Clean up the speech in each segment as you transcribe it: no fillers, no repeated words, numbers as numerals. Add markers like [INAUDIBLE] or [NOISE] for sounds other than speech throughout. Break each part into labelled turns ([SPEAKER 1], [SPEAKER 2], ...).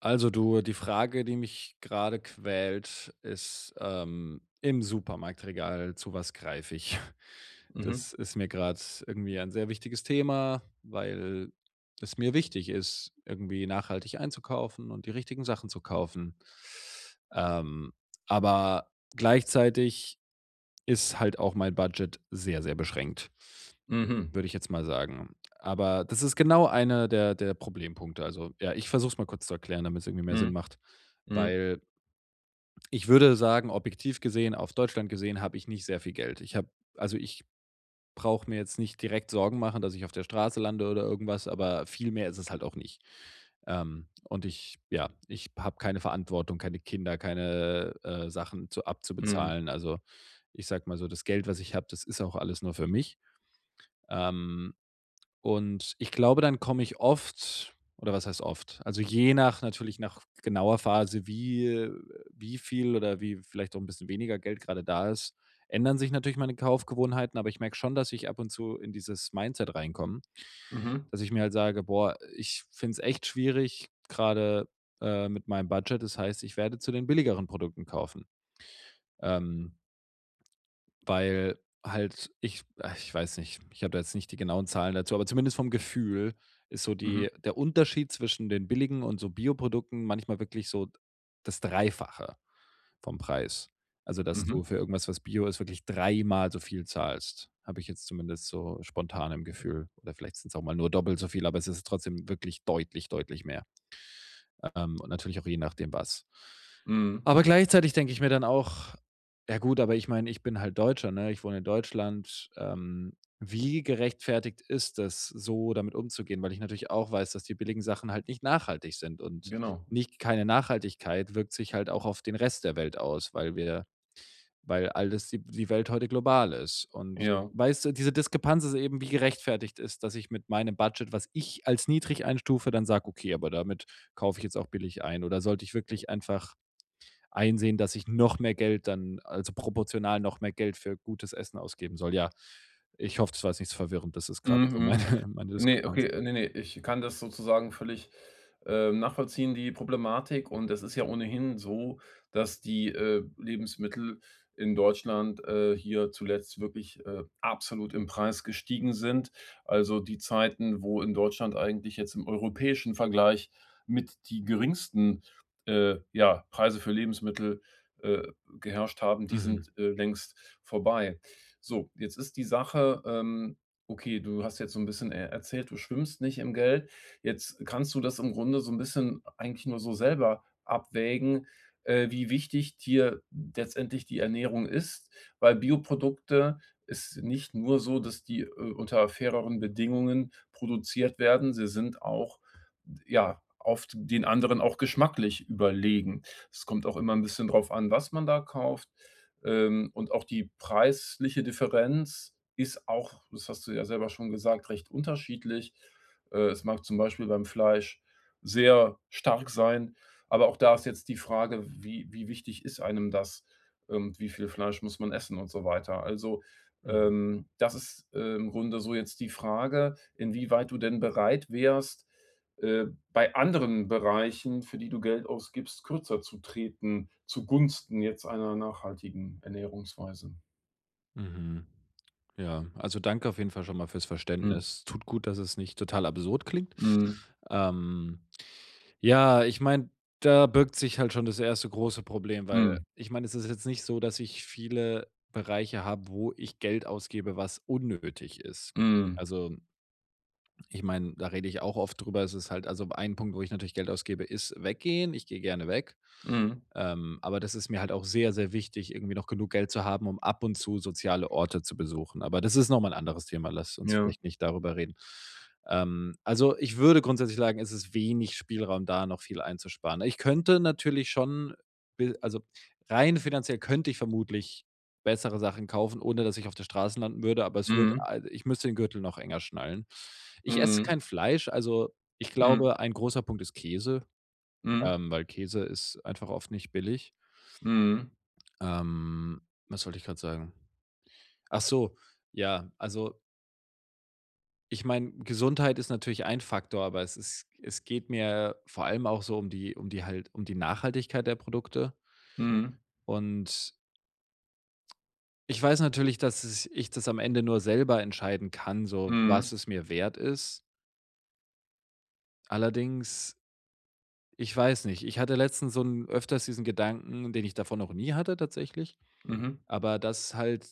[SPEAKER 1] Also du, die Frage, die mich gerade quält, ist im Supermarktregal, zu was greife ich? [LAUGHS]
[SPEAKER 2] Mhm.
[SPEAKER 1] Das ist mir gerade irgendwie ein sehr wichtiges Thema, weil es mir wichtig ist, irgendwie nachhaltig einzukaufen und die richtigen Sachen zu kaufen. Ähm, aber gleichzeitig ist halt auch mein Budget sehr, sehr beschränkt.
[SPEAKER 2] Mhm.
[SPEAKER 1] Würde ich jetzt mal sagen. Aber das ist genau einer der Problempunkte. Also, ja, ich versuche es mal kurz zu erklären, damit es irgendwie mehr Sinn
[SPEAKER 2] Mhm.
[SPEAKER 1] macht.
[SPEAKER 2] Mhm.
[SPEAKER 1] Weil ich würde sagen, objektiv gesehen, auf Deutschland gesehen, habe ich nicht sehr viel Geld. Ich brauche mir jetzt nicht direkt Sorgen machen, dass ich auf der Straße lande oder irgendwas, aber viel mehr ist es halt auch nicht. Und ich ja, ich habe keine Verantwortung, keine Kinder, keine, Sachen zu
[SPEAKER 2] Mhm.
[SPEAKER 1] abzubezahlen. Also, ich sage mal so, das Geld, was ich habe, das ist auch alles nur für mich. Ähm, und ich glaube, dann komme ich oft oder was heißt oft? Also, je nach natürlich nach genauer Phase, wie wie viel oder wie vielleicht auch ein bisschen weniger Geld gerade da ist, ändern sich natürlich meine Kaufgewohnheiten, aber ich merke schon, dass ich ab und zu in dieses Mindset reinkomme,
[SPEAKER 2] Mhm.
[SPEAKER 1] dass ich mir halt sage: „Boah, ich finde es echt schwierig gerade mit meinem Budget." Das heißt, ich werde zu den billigeren Produkten kaufen. Ähm Weil halt ich ich weiß nicht, ich habe da jetzt nicht die genauen Zahlen dazu, aber zumindest vom Gefühl ist so
[SPEAKER 2] Mhm.
[SPEAKER 1] die der Unterschied zwischen den billigen und so Bioprodukten manchmal wirklich so das Dreifache vom Preis. Also, dass
[SPEAKER 2] Mhm.
[SPEAKER 1] du für irgendwas, was Bio ist, wirklich dreimal so viel zahlst, habe ich jetzt zumindest so spontan im Gefühl. Oder vielleicht sind es auch mal nur doppelt so viel, aber es ist trotzdem wirklich deutlich, deutlich mehr und natürlich auch je nach dem was.
[SPEAKER 2] Mhm.
[SPEAKER 1] Aber gleichzeitig denke ich mir dann auch: „Ja gut, aber ich meine, ich bin halt Deutscher, ne? Ich wohne in Deutschland. Wie gerechtfertigt ist es, so damit umzugehen?" Weil ich natürlich auch weiß, dass die billigen Sachen halt nicht nachhaltig sind und
[SPEAKER 2] Genau.
[SPEAKER 1] nicht keine Nachhaltigkeit wirkt sich halt auch auf den Rest der Welt aus, weil alles die Welt heute global ist. Und
[SPEAKER 2] Ja.
[SPEAKER 1] weißt du, diese Diskrepanz ist eben, wie gerechtfertigt ist, dass ich mit meinem Budget, was ich als niedrig einstufe, dann sage: „Okay, aber damit kaufe ich jetzt auch billig ein." Oder sollte ich wirklich einfach einsehen, dass ich noch mehr Geld dann also proportional noch mehr Geld für gutes Essen ausgeben soll? Ja, ich hoffe, das war jetzt nicht so verwirrend. Das ist gerade so meine
[SPEAKER 2] Mhm.
[SPEAKER 1] [LAUGHS] meine
[SPEAKER 2] Ne,
[SPEAKER 1] Diskrepanz.
[SPEAKER 2] okay, ne, ne, ich kann das sozusagen völlig, nachvollziehen, die Problematik. Und es ist ja ohnehin so, dass die, Lebensmittel in Deutschland, hier zuletzt wirklich, absolut im Preis gestiegen sind. Also, die Zeiten, wo in Deutschland eigentlich jetzt im europäischen Vergleich mit die geringsten, ja, Preise für Lebensmittel, äh, geherrscht haben, die
[SPEAKER 1] Mhm,
[SPEAKER 2] sind, längst vorbei. So, jetzt ist die Sache. Okay, du hast jetzt so ein bisschen e erzählt, du schwimmst nicht im Geld. Jetzt kannst du das im Grunde so ein bisschen eigentlich nur so selber abwägen, wie wichtig dir letztendlich die Ernährung ist, weil Bioprodukte ist nicht nur so, dass die, unter faireren Bedingungen produziert werden, sie sind auch, ja, oft den anderen auch geschmacklich überlegen. Es kommt auch immer ein bisschen drauf an, was man da kauft. Und auch die preisliche Differenz ist auch, das hast du ja selber schon gesagt, recht unterschiedlich. Es mag zum Beispiel beim Fleisch sehr stark sein, aber auch da ist jetzt die Frage, wie wichtig ist einem das und wie viel Fleisch muss man essen und so weiter. Also,
[SPEAKER 1] mhm,
[SPEAKER 2] das ist, im Grunde so jetzt die Frage, inwieweit du denn bereit wärst, äh, bei anderen Bereichen, für die du Geld ausgibst, kürzer zu treten, zugunsten jetzt einer nachhaltigen Ernährungsweise?
[SPEAKER 1] mhm. Ja, also danke auf jeden Fall schon mal fürs
[SPEAKER 2] Mhm.
[SPEAKER 1] Verständnis. Tut gut, dass es nicht total absurd klingt.
[SPEAKER 2] Mhm.
[SPEAKER 1] Ähm Ja, ich meine, da birgt sich halt schon das erste große Problem, weil
[SPEAKER 2] Mhm.
[SPEAKER 1] ich meine, es ist jetzt nicht so, dass ich viele Bereiche habe, wo ich Geld ausgebe, was unnötig ist.
[SPEAKER 2] Mhm.
[SPEAKER 1] Also, ich meine, da rede ich auch oft drüber. Es ist halt also ein Punkt, wo ich natürlich Geld ausgebe, ist weggehen. Ich gehe gerne weg.
[SPEAKER 2] Mhm.
[SPEAKER 1] Aber das ist mir halt auch sehr, sehr wichtig, irgendwie noch genug Geld zu haben, um ab und zu soziale Orte zu besuchen. Aber das ist noch mal 'n anderes Thema. Lass uns
[SPEAKER 2] Ja.
[SPEAKER 1] vielleicht nicht darüber reden. Also, ich würde grundsätzlich sagen, es ist wenig Spielraum da, noch viel einzusparen. Ich könnte natürlich schon be also, rein finanziell könnte ich vermutlich bessere Sachen kaufen, ohne dass ich auf der Straße landen würde, aber es wird,
[SPEAKER 2] Mhm.
[SPEAKER 1] al ich müsste den Gürtel noch enger schnallen. Ich esse
[SPEAKER 2] Mhm.
[SPEAKER 1] kein Fleisch, also, ich
[SPEAKER 2] Mhm.
[SPEAKER 1] glaube, ein großer Punkt ist Käse,
[SPEAKER 2] Mhm.
[SPEAKER 1] weil Käse ist einfach oft nicht billig.
[SPEAKER 2] Mhm.
[SPEAKER 1] Ähm, Was wollte ich gerade sagen? Ach so, ja, also, ich meine, Gesundheit ist natürlich ein Faktor, aber es geht mir vor allem auch so um die halt um die Nachhaltigkeit der Produkte.
[SPEAKER 2] Mhm.
[SPEAKER 1] Und ich weiß natürlich, dass es ich das am Ende nur selber entscheiden kann, so was
[SPEAKER 2] Mhm.
[SPEAKER 1] es mir wert ist. Allerdings, ich weiß nicht, ich hatte letztens so 'n öfters diesen Gedanken, den ich davon noch nie hatte tatsächlich,
[SPEAKER 2] Mhm.
[SPEAKER 1] aber dass halt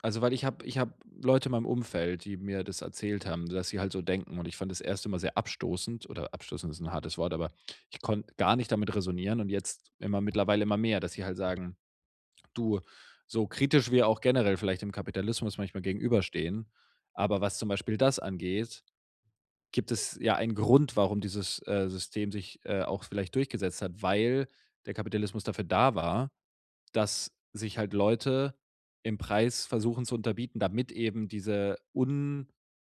[SPEAKER 1] also, weil ich habe Leute in meinem Umfeld, die mir das erzählt haben, dass sie halt so denken und ich fand das erst immer sehr abstoßend oder abstoßend ist ein hartes Wort, aber ich konnte gar nicht damit resonieren und jetzt immer mittlerweile immer mehr, dass sie halt sagen: „Du, so kritisch wir auch generell vielleicht dem Kapitalismus manchmal gegenüberstehen, aber was zum Beispiel das angeht, gibt es ja einen Grund, warum dieses System sich auch vielleicht durchgesetzt hat, weil der Kapitalismus dafür da war, dass sich halt Leute im Preis versuchen zu unterbieten, damit eben diese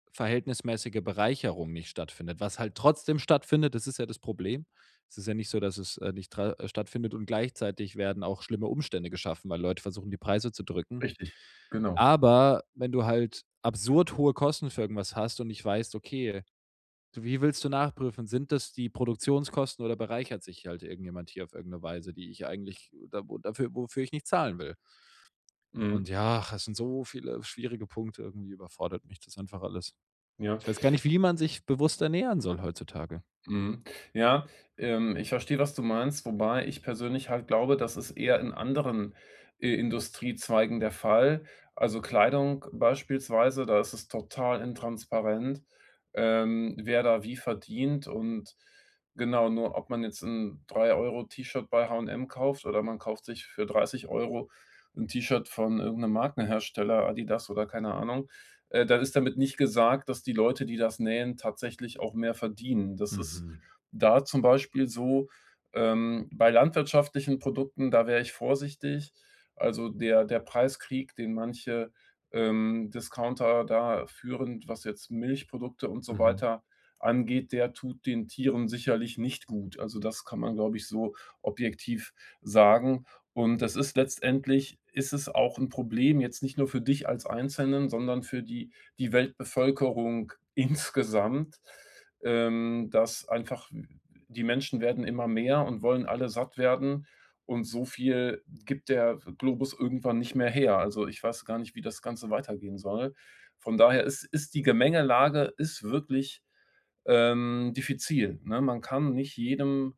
[SPEAKER 1] unverhältnismäßige Bereicherung nicht stattfindet. Was halt trotzdem stattfindet, das ist ja das Problem. Es ist ja nicht so, dass es, nicht tra stattfindet und gleichzeitig werden auch schlimme Umstände geschaffen, weil Leute versuchen, die Preise zu drücken.
[SPEAKER 2] Richtig, genau.
[SPEAKER 1] Aber wenn du halt absurd hohe Kosten für irgendwas hast und nicht weißt, okay, so wie willst du nachprüfen, sind das die Produktionskosten oder bereichert sich halt irgendjemand hier auf irgendeine Weise, die ich eigentlich da wo dafür wofür ich nicht zahlen will?
[SPEAKER 2] Mhm.
[SPEAKER 1] Und ja, es sind so viele schwierige Punkte, irgendwie überfordert mich das einfach alles.
[SPEAKER 2] Ja.
[SPEAKER 1] Ich weiß gar nicht, wie man sich bewusst ernähren soll heutzutage.
[SPEAKER 2] Mhm. Ja, ich verstehe, was du meinst, wobei ich persönlich halt glaube, das ist eher in anderen, Industriezweigen der Fall. Also, Kleidung beispielsweise, da ist es total intransparent, wer da wie verdient und genau, nur ob man jetzt ein 3 Euro T-Shirt bei H&M kauft oder man kauft sich für 30 Euro ein T-Shirt von irgendeinem Markenhersteller, Adidas oder keine Ahnung, dann ist damit nicht gesagt, dass die Leute, die das nähen, tatsächlich auch mehr verdienen. Das ist
[SPEAKER 1] Mhm.
[SPEAKER 2] da zum Beispiel so, bei landwirtschaftlichen Produkten, da wäre ich vorsichtig. Also der Preiskrieg, den manche, Discounter da führen, was jetzt Milchprodukte und so
[SPEAKER 1] Mhm.
[SPEAKER 2] weiter angeht, der tut den Tieren sicherlich nicht gut. Also das kann man, glaube ich, so objektiv sagen. Und das ist letztendlich ist es auch ein Problem jetzt nicht nur für dich als Einzelnen, sondern für die Weltbevölkerung [LAUGHS] insgesamt, dass einfach die Menschen werden immer mehr und wollen alle satt werden und so viel gibt der Globus irgendwann nicht mehr her. Also, ich weiß gar nicht, wie das Ganze weitergehen soll. Von daher ist die Gemengelage ist wirklich, diffizil, ne? Man kann nicht jedem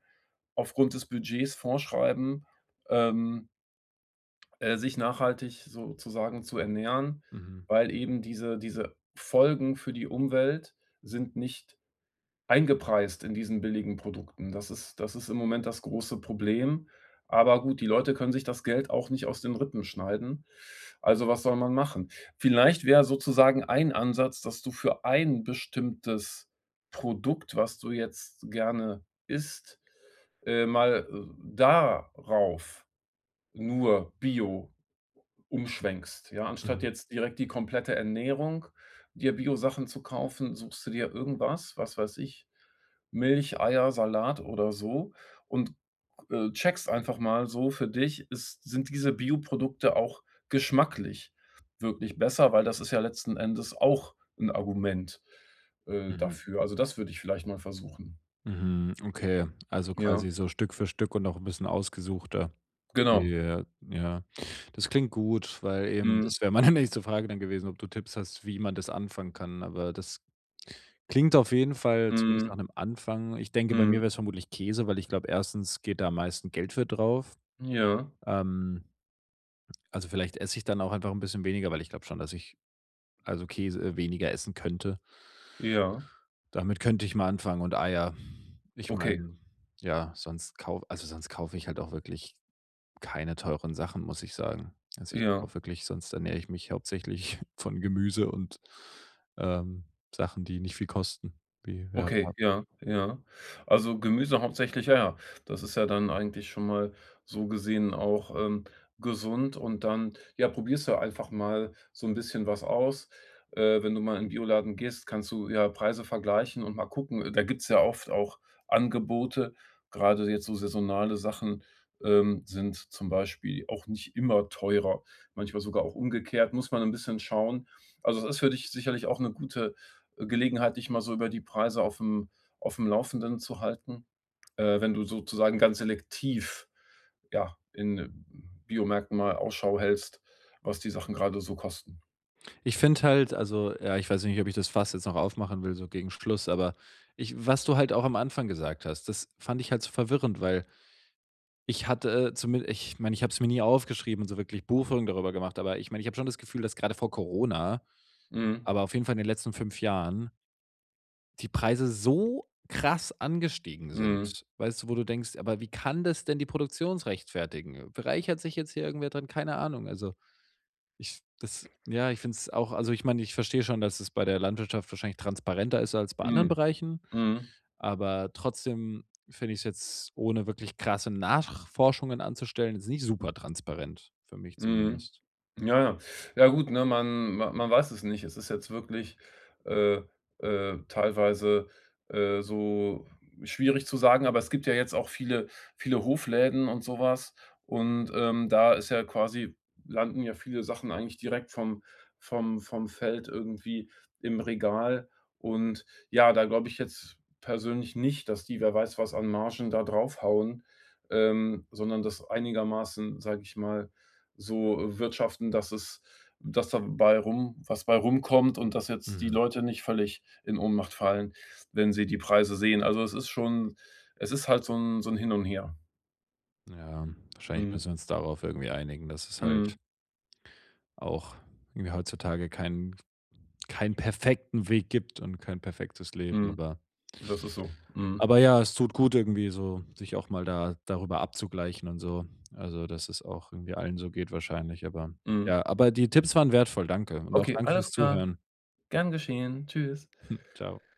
[SPEAKER 2] aufgrund des Budgets vorschreiben, ähm sich nachhaltig sozusagen zu ernähren,
[SPEAKER 1] Mhm.
[SPEAKER 2] weil eben diese Folgen für die Umwelt sind nicht eingepreist in diesen billigen Produkten. Das ist im Moment das große Problem. Aber gut, die Leute können sich das Geld auch nicht aus den Rippen schneiden. Also, was soll man machen? Vielleicht wäre sozusagen ein Ansatz, dass du für ein bestimmtes Produkt, was du jetzt gerne isst, mal darauf nur Bio umschwenkst, ja? Anstatt
[SPEAKER 1] Mhm.
[SPEAKER 2] jetzt direkt die komplette Ernährung dir Biosachen zu kaufen, suchst du dir irgendwas, was weiß ich, Milch, Eier, Salat oder so und, checkst einfach mal so für dich, ist sind diese Bioprodukte auch geschmacklich wirklich besser, weil das ist ja letzten Endes auch ein Argument,
[SPEAKER 1] Mhm.
[SPEAKER 2] dafür. Also, das würde ich vielleicht mal versuchen.
[SPEAKER 1] Mhm. Okay, also
[SPEAKER 2] Ja,
[SPEAKER 1] quasi so Stück für Stück und auch ein bisschen ausgesuchter.
[SPEAKER 2] genau.
[SPEAKER 1] Ja, ja. Das klingt gut, weil eben
[SPEAKER 2] Mhm,
[SPEAKER 1] das wäre meine [LAUGHS] nächste Frage dann gewesen, ob du Tipps hast, wie man das anfangen kann, aber das klingt auf jeden Fall zumindest nach
[SPEAKER 2] mhm,
[SPEAKER 1] einem Anfang. Ich denke, bei
[SPEAKER 2] mhm.
[SPEAKER 1] mir wäre es vermutlich Käse, weil ich glaube, erstens geht da am meisten Geld für drauf.
[SPEAKER 2] Ja,
[SPEAKER 1] Ähm Also, vielleicht esse ich dann auch einfach ein bisschen weniger, weil ich glaube schon, dass ich also Käse weniger essen könnte.
[SPEAKER 2] ja,
[SPEAKER 1] Damit könnte ich mal anfangen und Eier. Ich
[SPEAKER 2] okay,
[SPEAKER 1] meine, ja, sonst kau also sonst kaufe ich halt auch wirklich keine teuren Sachen, muss ich sagen. Also, ich
[SPEAKER 2] ja.
[SPEAKER 1] kaufe wirklich sonst ernähre ich mich hauptsächlich [LAUGHS] von Gemüse und, ähm, Sachen, die nicht viel kosten, wie, ja,
[SPEAKER 2] Okay, ja, ja. Also, Gemüse hauptsächlich, ja, ja. Das ist ja dann eigentlich schon mal so gesehen auch, gesund und dann, ja, probierst du einfach mal so ein bisschen was aus. Wenn du mal in 'n Bioladen gehst, kannst du ja Preise vergleichen und mal gucken. Da gibt's ja oft auch Angebote. Gerade jetzt so saisonale Sachen, sind zum Beispiel auch nicht immer teurer, manchmal sogar auch umgekehrt, muss man ein bisschen schauen. Also, es ist für dich sicherlich auch eine gute Gelegenheit, dich mal so über die Preise auf dem Laufenden zu halten, wenn du sozusagen ganz selektiv, ja, in Biomärkten mal Ausschau hältst, was die Sachen gerade so kosten.
[SPEAKER 1] ich finde halt also, ja, ich weiß nicht, ob ich das Fass jetzt noch aufmachen will, so gegen Schluss, aber ich was du halt auch am Anfang gesagt hast, das fand ich halt so verwirrend, weil ich hatte zumin ich meine, ich habe es mir nie aufgeschrieben und so wirklich Buchführung darüber gemacht, aber ich meine, ich habe schon das Gefühl, dass gerade vor Corona,
[SPEAKER 2] Mhm.
[SPEAKER 1] aber auf jeden Fall in den letzten 5 Jahren, die Preise so krass angestiegen
[SPEAKER 2] Mhm.
[SPEAKER 1] sind. Weißt du, wo du denkst: „Aber wie kann das denn die Produktion rechtfertigen? Bereichert sich jetzt hier irgendwer dran?" Keine Ahnung. Also, ich finde es auch also, ich meine, ich verstehe schon, dass es bei der Landwirtschaft wahrscheinlich transparenter ist als bei anderen
[SPEAKER 2] Mhm.
[SPEAKER 1] Bereichen,
[SPEAKER 2] Mhm.
[SPEAKER 1] aber trotzdem finde ich es jetzt, ohne wirklich krasse Nachforschungen anzustellen, jetzt nicht super transparent, für mich
[SPEAKER 2] Mhm.
[SPEAKER 1] zumindest.
[SPEAKER 2] Ja, ja. Ja gut, ne, man weiß es nicht. Es ist jetzt wirklich, äh, teilweise, so schwierig zu sagen, aber es gibt ja jetzt auch viele Hofläden und sowas. Und, da ist ja quasi landen ja viele Sachen eigentlich direkt vom Feld irgendwie im Regal und ja, da glaube ich jetzt persönlich nicht, dass die wer weiß was an Margen da draufhauen, sondern das einigermaßen, sage ich mal, so wirtschaften, dass es dass dabei rum was bei rumkommt und dass jetzt die
[SPEAKER 1] Mhm.
[SPEAKER 2] Leute nicht völlig in Ohnmacht fallen, wenn sie die Preise sehen. Also, es ist schon es ist halt so ein Hin und Her.
[SPEAKER 1] Ja, wahrscheinlich
[SPEAKER 2] Mhm.
[SPEAKER 1] müssen wir uns darauf irgendwie einigen, dass es
[SPEAKER 2] Mhm.
[SPEAKER 1] halt auch irgendwie heutzutage keinen perfekten Weg gibt und kein perfektes Leben,
[SPEAKER 2] Mhm. Das ist so. Mhm.
[SPEAKER 1] aber ja, es tut gut irgendwie so, sich auch mal da darüber abzugleichen und so. Also, dass es auch irgendwie allen so geht wahrscheinlich, aber
[SPEAKER 2] Mhm.
[SPEAKER 1] ja, aber die Tipps waren wertvoll, danke und auch
[SPEAKER 2] Okay,
[SPEAKER 1] danke fürs
[SPEAKER 2] alles klar.
[SPEAKER 1] Zuhören.
[SPEAKER 2] Gern geschehen. Tschüss.
[SPEAKER 1] [LAUGHS] ciao